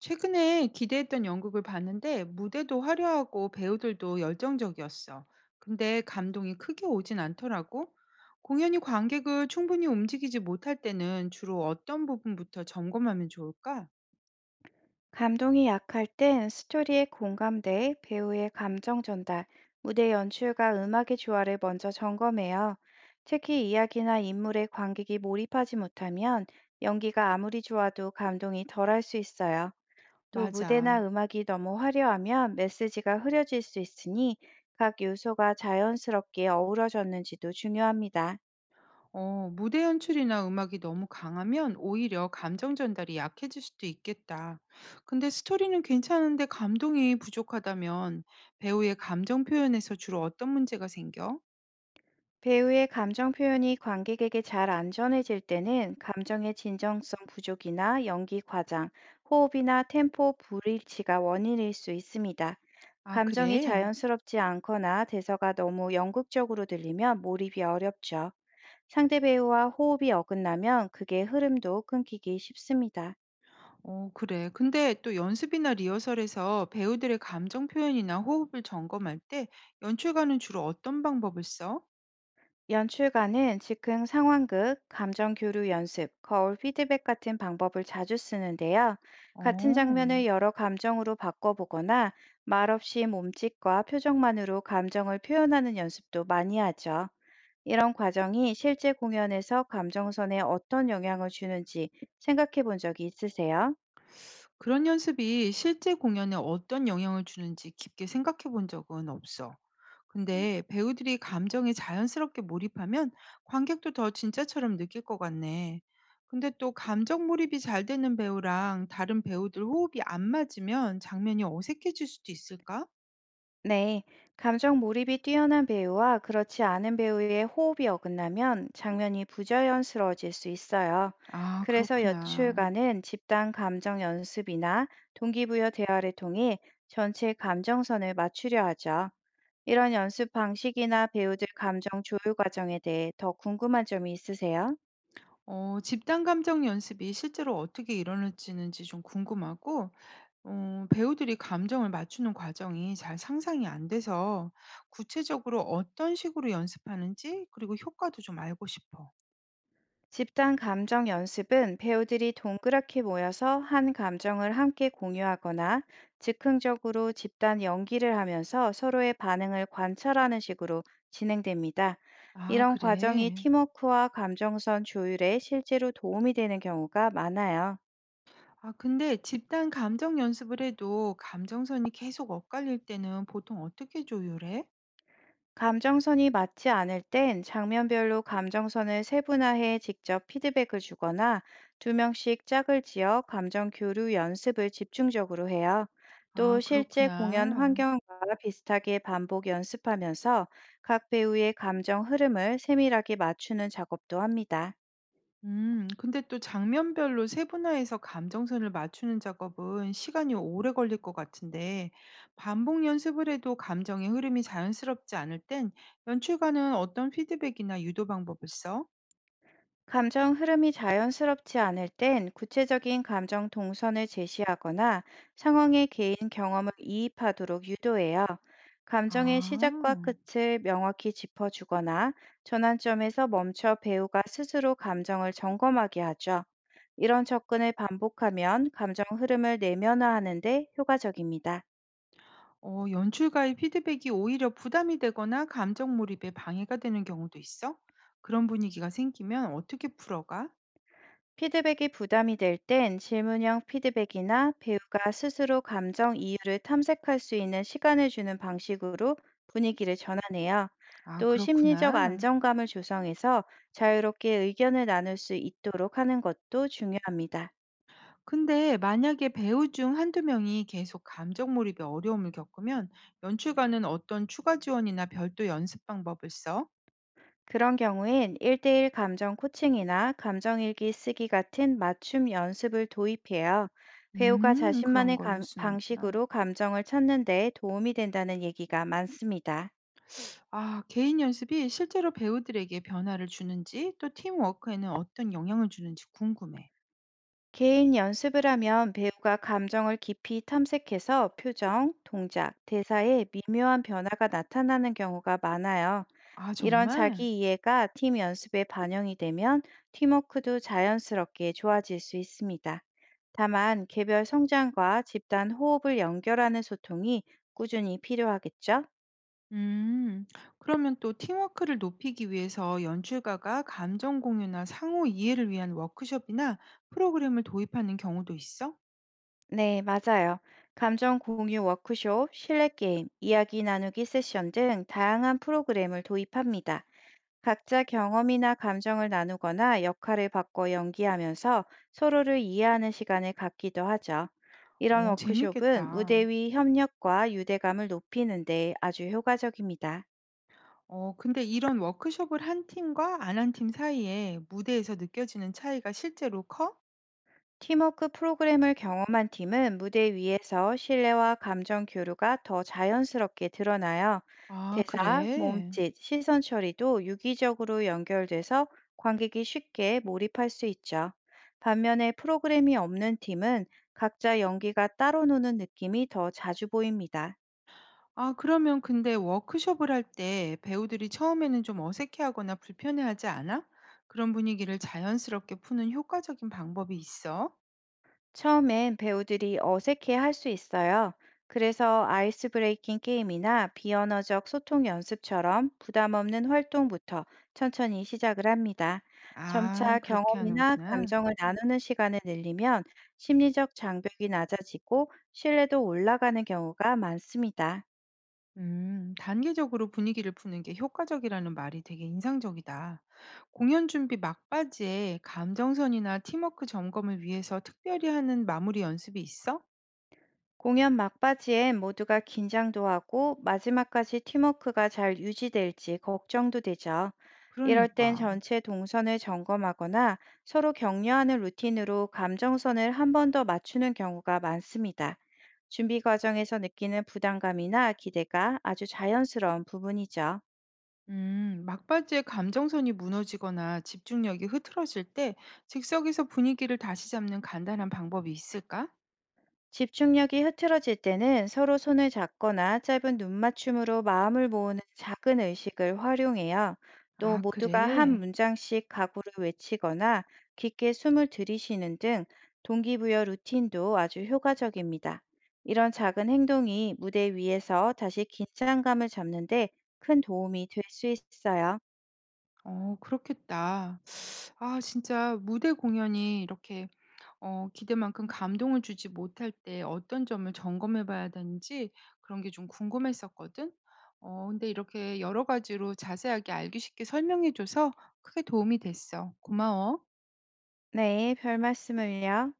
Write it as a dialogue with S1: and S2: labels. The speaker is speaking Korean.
S1: 최근에 기대했던 연극을 봤는데 무대도 화려하고 배우들도 열정적이었어. 근데 감동이 크게 오진 않더라고. 공연이 관객을 충분히 움직이지 못할 때는 주로 어떤 부분부터 점검하면 좋을까?
S2: 감동이 약할 땐 스토리에 공감대, 배우의 감정 전달, 무대 연출과 음악의 조화를 먼저 점검해요. 특히 이야기나 인물의 관객이 몰입하지 못하면 연기가 아무리 좋아도 감동이 덜할 수 있어요. 또 무대나
S1: 맞아.
S2: 음악이 너무 화려하면 메시지가 흐려질 수 있으니 각 요소가 자연스럽게 어우러졌는지도 중요합니다.
S1: 무대 연출이나 음악이 너무 강하면 오히려 감정 전달이 약해질 수도 있겠다. 근데 스토리는 괜찮은데 감동이 부족하다면 배우의 감정 표현에서 주로 어떤 문제가 생겨?
S2: 배우의 감정 표현이 관객에게 잘 안 전해질 때는 감정의 진정성 부족이나 연기 과장, 호흡이나 템포 불일치가 원인일 수 있습니다.
S1: 아,
S2: 감정이
S1: 그래?
S2: 자연스럽지 않거나 대사가 너무 연극적으로 들리면 몰입이 어렵죠. 상대 배우와 호흡이 어긋나면 극의 흐름도 끊기기 쉽습니다.
S1: 어, 그래. 근데 또 연습이나 리허설에서 배우들의 감정 표현이나 호흡을 점검할 때 연출가는 주로 어떤 방법을 써?
S2: 연출가는 즉흥 상황극, 감정 교류 연습, 거울 피드백 같은 방법을 자주 쓰는데요. 같은
S1: 어,
S2: 장면을 여러 감정으로 바꿔보거나 말없이 몸짓과 표정만으로 감정을 표현하는 연습도 많이 하죠. 이런 과정이 실제 공연에서 감정선에 어떤 영향을 주는지 생각해 본 적이 있으세요?
S1: 그런 연습이 실제 공연에 어떤 영향을 주는지 깊게 생각해 본 적은 없어. 근데 배우들이 감정에 자연스럽게 몰입하면 관객도 더 진짜처럼 느낄 것 같네. 근데 또 감정 몰입이 잘 되는 배우랑 다른 배우들 호흡이 안 맞으면 장면이 어색해질 수도 있을까?
S2: 네, 감정 몰입이 뛰어난 배우와 그렇지 않은 배우의 호흡이 어긋나면 장면이 부자연스러워질 수 있어요.
S1: 아,
S2: 그래서
S1: 그렇구나.
S2: 연출가는 집단 감정 연습이나 동기부여 대화를 통해 전체 감정선을 맞추려 하죠. 이런 연습 방식이나 배우들 감정 조율 과정에 대해 더 궁금한 점이 있으세요?
S1: 집단 감정 연습이 실제로 어떻게 일어나지는지 좀 궁금하고 배우들이 감정을 맞추는 과정이 잘 상상이 안 돼서 구체적으로 어떤 식으로 연습하는지 그리고 효과도 좀 알고 싶어.
S2: 집단 감정 연습은 배우들이 동그랗게 모여서 한 감정을 함께 공유하거나 즉흥적으로 집단 연기를 하면서 서로의 반응을 관찰하는 식으로 진행됩니다.
S1: 아
S2: 이런 과정이
S1: 그래.
S2: 팀워크와 감정선 조율에 실제로 도움이 되는 경우가 많아요.
S1: 아 근데 집단 감정 연습을 해도 감정선이 계속 엇갈릴 때는 보통 어떻게 조율해?
S2: 감정선이 맞지 않을 땐 장면별로 감정선을 세분화해 직접 피드백을 주거나 두 명씩 짝을 지어 감정 교류 연습을 집중적으로 해요. 또
S1: 아
S2: 실제 공연
S1: 그렇구나.
S2: 환경과 비슷하게 반복 연습하면서 각 배우의 감정 흐름을 세밀하게 맞추는 작업도 합니다.
S1: 근데 또 장면별로 세분화해서 감정선을 맞추는 작업은 시간이 오래 걸릴 것 같은데, 반복 연습을 해도 감정의 흐름이 자연스럽지 않을 땐 연출가는 어떤 피드백이나 유도 방법을 써?
S2: 감정 흐름이 자연스럽지 않을 땐 구체적인 감정 동선을 제시하거나 상황의 개인 경험을 이입하도록 유도해요. 감정의 시작과
S1: 아,
S2: 끝을 명확히 짚어주거나 전환점에서 멈춰 배우가 스스로 감정을 점검하게 하죠. 이런 접근을 반복하면 감정 흐름을 내면화하는 데 효과적입니다.
S1: 연출가의 피드백이 오히려 부담이 되거나 감정 몰입에 방해가 되는 경우도 있어? 그런 분위기가 생기면 어떻게 풀어가?
S2: 피드백이 부담이 될 땐 질문형 피드백이나 배우가 스스로 감정 이유를 탐색할 수 있는 시간을 주는 방식으로 분위기를 전환해요.
S1: 아,
S2: 또 심리적
S1: 그렇구나.
S2: 안정감을 조성해서 자유롭게 의견을 나눌 수 있도록 하는 것도 중요합니다.
S1: 근데 만약에 배우 중 한두 명이 계속 감정 몰입에 어려움을 겪으면 연출가는 어떤 추가 지원이나 별도 연습 방법을 써?
S2: 그런 경우엔 1대1 감정 코칭이나 감정일기 쓰기 같은 맞춤 연습을 도입해요. 배우가
S1: 그런
S2: 자신만의
S1: 걸로
S2: 감-
S1: 쓰는구나.
S2: 방식으로 감정을 찾는 데 도움이 된다는 얘기가 많습니다.
S1: 아, 개인 연습이 실제로 배우들에게 변화를 주는지 또 팀워크에는 어떤 영향을 주는지 궁금해.
S2: 개인 연습을 하면 배우가 감정을 깊이 탐색해서 표정, 동작, 대사에 미묘한 변화가 나타나는 경우가 많아요.
S1: 아,
S2: 이런
S1: 정말?
S2: 자기 이해가 팀 연습에 반영이 되면 팀워크도 자연스럽게 좋아질 수 있습니다. 다만 개별 성장과 집단 호흡을 연결하는 소통이 꾸준히 필요하겠죠?
S1: 음, 그러면 또 팀워크를 높이기 위해서 연출가가 감정 공유나 상호 이해를 위한 워크숍이나 프로그램을 도입하는 경우도 있어?
S2: 네, 맞아요. 감정 공유 워크숍, 실내 게임, 이야기 나누기 세션 등 다양한 프로그램을 도입합니다. 각자 경험이나 감정을 나누거나 역할을 바꿔 연기하면서 서로를 이해하는 시간을 갖기도 하죠. 이런
S1: 어,
S2: 워크숍은
S1: 재밌겠다.
S2: 무대 위 협력과 유대감을 높이는 데 아주 효과적입니다.
S1: 어, 근데 이런 워크숍을 한 팀과 안 한 팀 사이에 무대에서 느껴지는 차이가 실제로 커?
S2: 팀워크 프로그램을 경험한 팀은 무대 위에서 신뢰와 감정 교류가 더 자연스럽게 드러나요.
S1: 아,
S2: 대사,
S1: 그래?
S2: 몸짓, 시선 처리도 유기적으로 연결돼서 관객이 쉽게 몰입할 수 있죠. 반면에 프로그램이 없는 팀은 각자 연기가 따로 노는 느낌이 더 자주 보입니다.
S1: 아, 그러면 근데 워크숍을 할 때 배우들이 처음에는 좀 어색해하거나 불편해하지 않아? 그런 분위기를 자연스럽게 푸는 효과적인 방법이 있어?
S2: 처음엔 배우들이 어색해 할 수 있어요. 그래서 아이스 브레이킹 게임이나 비언어적 소통 연습처럼 부담 없는 활동부터 천천히 시작을 합니다.
S1: 아,
S2: 점차
S1: 그렇게
S2: 경험이나
S1: 하는구나.
S2: 감정을 나누는 시간을 늘리면 심리적 장벽이 낮아지고 신뢰도 올라가는 경우가 많습니다.
S1: 단계적으로 분위기를 푸는 게 효과적이라는 말이 되게 인상적이다. 공연 준비 막바지에 감정선이나 팀워크 점검을 위해서 특별히 하는 마무리 연습이 있어?
S2: 공연 막바지엔 모두가 긴장도 하고 마지막까지 팀워크가 잘 유지될지 걱정도 되죠. 이럴 땐
S1: 그러니까.
S2: 전체 동선을 점검하거나 서로 격려하는 루틴으로 감정선을 한 번 더 맞추는 경우가 많습니다. 준비 과정에서 느끼는 부담감이나 기대가 아주 자연스러운 부분이죠.
S1: 막바지에 감정선이 무너지거나 집중력이 흐트러질 때 즉석에서 분위기를 다시 잡는 간단한 방법이 있을까?
S2: 집중력이 흐트러질 때는 서로 손을 잡거나 짧은 눈맞춤으로 마음을 모으는 작은 의식을 활용해요. 또
S1: 아,
S2: 모두가 한
S1: 그래.
S2: 문장씩 각오를 외치거나 깊게 숨을 들이쉬는 등 동기부여 루틴도 아주 효과적입니다. 이런 작은 행동이 무대 위에서 다시 긴장감을 잡는데 큰 도움이 될 수 있어요.
S1: 어, 그렇겠다. 아, 진짜 무대 공연이 이렇게 기대만큼 감동을 주지 못할 때 어떤 점을 점검해 봐야 되는지 그런 게 좀 궁금했었거든. 어 근데 이렇게 여러 가지로 자세하게 알기 쉽게 설명해 줘서 크게 도움이 됐어. 고마워.
S2: 네, 별 말씀을요.